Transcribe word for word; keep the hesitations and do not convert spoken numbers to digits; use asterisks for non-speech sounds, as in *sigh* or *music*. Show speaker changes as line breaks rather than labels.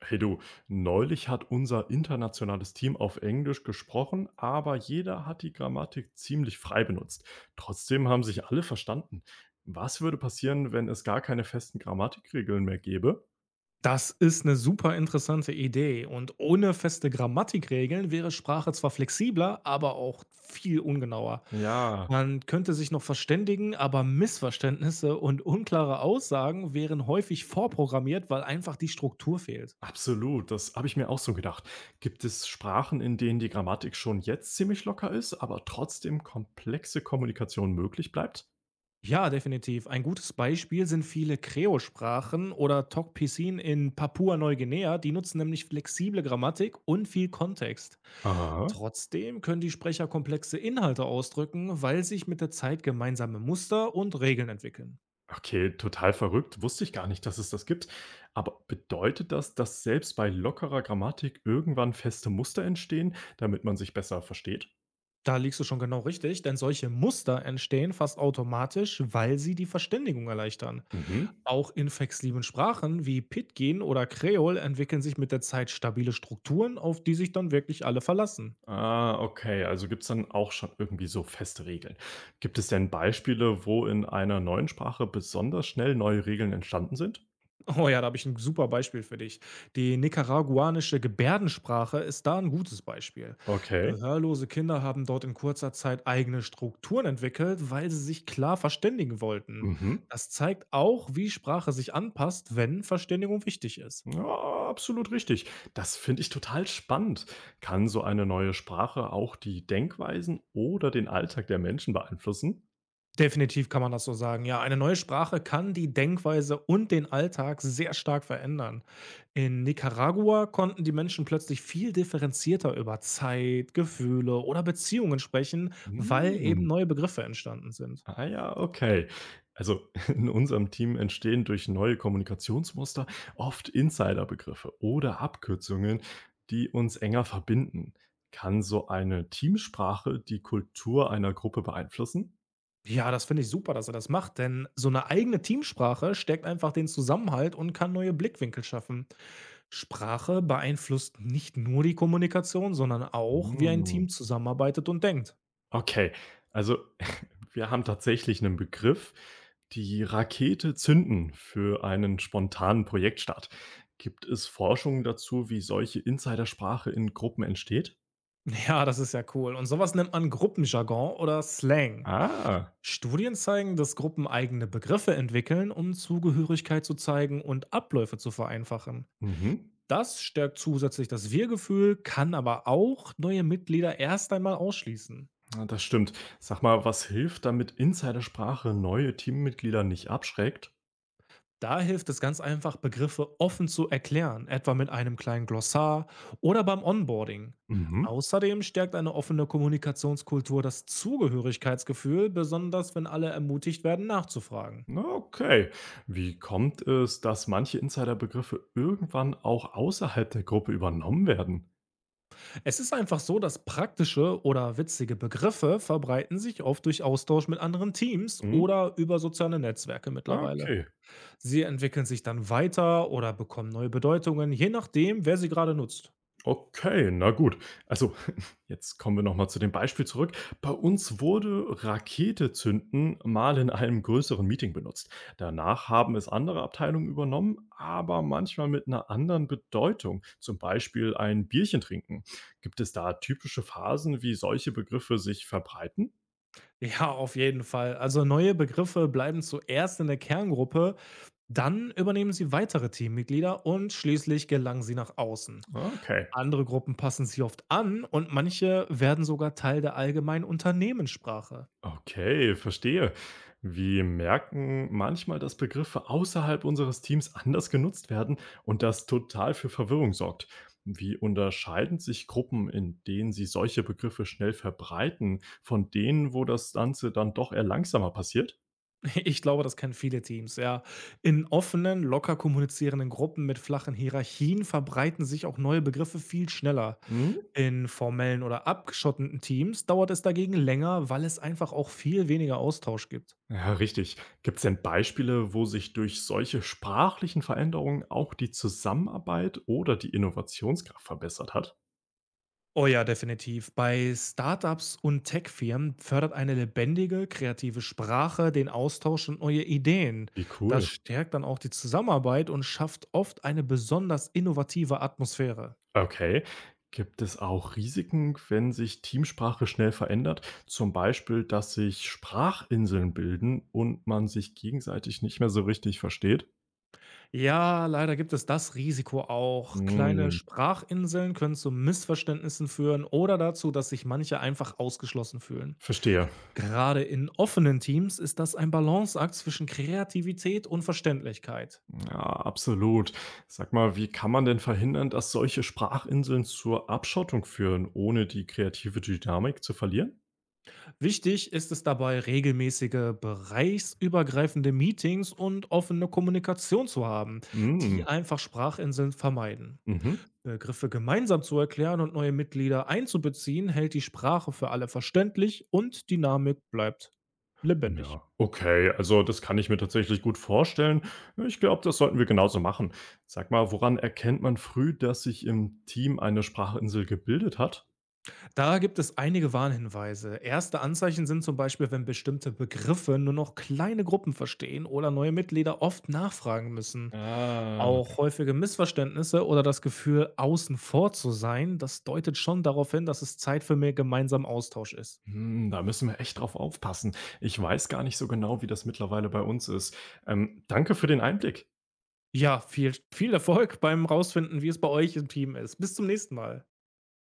Hey du, neulich hat unser internationales Team auf Englisch gesprochen, aber jeder hat die Grammatik ziemlich frei benutzt. Trotzdem haben sich alle verstanden. Was würde passieren, wenn es gar keine festen Grammatikregeln mehr gäbe?
Das ist eine super interessante Idee und ohne feste Grammatikregeln wäre Sprache zwar flexibler, aber auch viel ungenauer.
Ja,
Man könnte sich noch verständigen, aber Missverständnisse und unklare Aussagen wären häufig vorprogrammiert, weil einfach die Struktur fehlt.
absolut, das habe ich mir auch so gedacht. Gibt es Sprachen, in denen die Grammatik schon jetzt ziemlich locker ist, aber trotzdem komplexe Kommunikation möglich bleibt?
Ja, definitiv. Ein gutes Beispiel sind viele Kreolsprachen oder Tok-Pisin in Papua-Neuguinea. Die nutzen nämlich flexible Grammatik und viel Kontext.
Aha.
Trotzdem können die Sprecher komplexe Inhalte ausdrücken, weil sich mit der Zeit gemeinsame Muster und Regeln entwickeln.
Okay, total verrückt. Wusste ich gar nicht, dass es das gibt. Aber bedeutet das, dass selbst bei lockerer Grammatik irgendwann feste Muster entstehen, damit man sich besser versteht?
Da liegst du schon genau richtig, denn solche Muster entstehen fast automatisch, weil sie die Verständigung erleichtern.
Mhm.
Auch in flexiblen Sprachen wie Pidgin oder Kreol entwickeln sich mit der Zeit stabile Strukturen, auf die sich dann wirklich alle verlassen.
Ah, okay. Also gibt es dann auch schon irgendwie so feste Regeln. Gibt es denn Beispiele, wo in einer neuen Sprache besonders schnell neue Regeln entstanden sind?
Oh ja, da habe ich ein super Beispiel für dich. Die nicaraguanische Gebärdensprache ist da ein gutes Beispiel.
Okay.
Gehörlose Kinder haben dort in kurzer Zeit eigene Strukturen entwickelt, weil sie sich klar verständigen wollten.
Mhm.
Das zeigt auch, wie Sprache sich anpasst, wenn Verständigung wichtig ist.
Ja, absolut richtig. Das finde ich total spannend. Kann so eine neue Sprache auch die Denkweisen oder den Alltag der Menschen beeinflussen?
Definitiv kann man das so sagen. Ja, eine neue Sprache kann die Denkweise und den Alltag sehr stark verändern. In Nicaragua konnten die Menschen plötzlich viel differenzierter über Zeit, Gefühle oder Beziehungen sprechen, weil eben
Hm.
neue Begriffe entstanden sind.
Ah ja, okay. Also *laughs* in unserem Team entstehen durch neue Kommunikationsmuster oft Insiderbegriffe oder Abkürzungen, die uns enger verbinden. Kann so eine Teamsprache die Kultur einer Gruppe beeinflussen?
Ja, das finde ich super, dass er das macht, denn so eine eigene Teamsprache stärkt einfach den Zusammenhalt und kann neue Blickwinkel schaffen. Sprache beeinflusst nicht nur die Kommunikation, sondern auch, wie ein
Hm.
Team zusammenarbeitet und denkt.
Okay, also *laughs* wir haben tatsächlich einen Begriff, die Rakete zünden für einen spontanen Projektstart. Gibt es Forschungen dazu, wie solche Insidersprache in Gruppen entsteht?
*laughs* Ja, das ist ja cool. Und sowas nennt man Gruppenjargon oder Slang.
Ah,
Studien zeigen, dass Gruppen eigene Begriffe entwickeln, um Zugehörigkeit zu zeigen und Abläufe zu vereinfachen.
mhm.
Das stärkt zusätzlich das Wir-Gefühl, kann aber auch neue Mitglieder erst einmal ausschließen.
Ja, das stimmt. Sag mal, was hilft, damit Insidersprache neue Teammitglieder nicht abschreckt?
Da hilft es ganz einfach, Begriffe offen zu erklären, etwa mit einem kleinen Glossar oder beim Onboarding.
Mhm.
Außerdem stärkt eine offene Kommunikationskultur das Zugehörigkeitsgefühl, besonders wenn alle ermutigt werden, nachzufragen.
Na, okay. Wie kommt es, dass manche Insiderbegriffe irgendwann auch außerhalb der Gruppe übernommen werden?
Es ist einfach so, dass praktische oder witzige Begriffe verbreiten sich oft durch Austausch mit anderen Teams
Hm?
oder über soziale Netzwerke
Ah,
mittlerweile.
okay.
Sie entwickeln sich dann weiter oder bekommen neue Bedeutungen, je nachdem, wer sie gerade nutzt.
Okay, na gut. Also, *laughs* jetzt kommen wir noch mal zu dem Beispiel zurück. Bei uns wurde Rakete zünden mal in einem größeren Meeting benutzt. Danach haben es andere Abteilungen übernommen, aber manchmal mit einer anderen Bedeutung. Zum Beispiel ein Bierchen trinken. Gibt es da typische Phasen, wie solche Begriffe sich verbreiten?
Ja, auf jeden Fall. Also neue Begriffe bleiben zuerst in der Kerngruppe, dann übernehmen sie weitere Teammitglieder und schließlich gelangen sie nach außen.
Okay.
Andere Gruppen passen sie oft an und manche werden sogar Teil der allgemeinen Unternehmenssprache.
Okay, verstehe. Wir merken manchmal, dass Begriffe außerhalb unseres Teams anders genutzt werden und das total für Verwirrung sorgt. Wie unterscheiden sich Gruppen, in denen sie solche Begriffe schnell verbreiten, von denen, wo das Ganze dann doch eher langsamer passiert?
Ich glaube, das kennen viele Teams, ja. In offenen, locker kommunizierenden Gruppen mit flachen Hierarchien verbreiten sich auch neue Begriffe viel schneller.
Hm?
In formellen oder abgeschotteten Teams dauert es dagegen länger, weil es einfach auch viel weniger Austausch gibt.
Ja, richtig. Gibt es denn Beispiele, wo sich durch solche sprachlichen Veränderungen auch die Zusammenarbeit oder die Innovationskraft verbessert hat?
Oh ja, definitiv. Bei Startups und Tech-Firmen fördert eine lebendige, kreative Sprache den Austausch und neue Ideen.
Wie
Das
cool.
stärkt dann auch die Zusammenarbeit und schafft oft eine besonders innovative Atmosphäre.
Okay. Gibt es auch Risiken, wenn sich Teamsprache schnell verändert? Zum Beispiel, dass sich Sprachinseln bilden und man sich gegenseitig nicht mehr so richtig versteht?
Ja, leider gibt es das Risiko auch. Kleine
Hm,
Sprachinseln können zu Missverständnissen führen oder dazu, dass sich manche einfach ausgeschlossen fühlen.
verstehe.
Gerade in offenen Teams ist das ein Balanceakt zwischen Kreativität und Verständlichkeit.
Ja, absolut. Sag mal, wie kann man denn verhindern, dass solche Sprachinseln zur Abschottung führen, ohne die kreative Dynamik zu verlieren?
Wichtig ist es dabei, regelmäßige bereichsübergreifende Meetings und offene Kommunikation zu haben, die
Hm,
einfach Sprachinseln vermeiden.
mhm.
Begriffe gemeinsam zu erklären und neue Mitglieder einzubeziehen, hält die Sprache für alle verständlich und Dynamik bleibt lebendig.
Ja, okay, also das kann ich mir tatsächlich gut vorstellen. Ich glaube, das sollten wir genauso machen. Sag mal, woran erkennt man früh, dass sich im Team eine Sprachinsel gebildet hat?
Da gibt es einige Warnhinweise. Erste Anzeichen sind zum Beispiel, wenn bestimmte Begriffe nur noch kleine Gruppen verstehen oder neue Mitglieder oft nachfragen müssen.
Ah.
Auch häufige Missverständnisse oder das Gefühl, außen vor zu sein, das deutet schon darauf hin, dass es Zeit für mehr gemeinsamen Austausch ist.
Hm, da müssen wir echt drauf aufpassen. Ich weiß gar nicht so genau, wie das mittlerweile bei uns ist. Ähm, danke für den Einblick.
Ja, viel, viel Erfolg beim Rausfinden, wie es bei euch im Team ist. Bis zum nächsten Mal.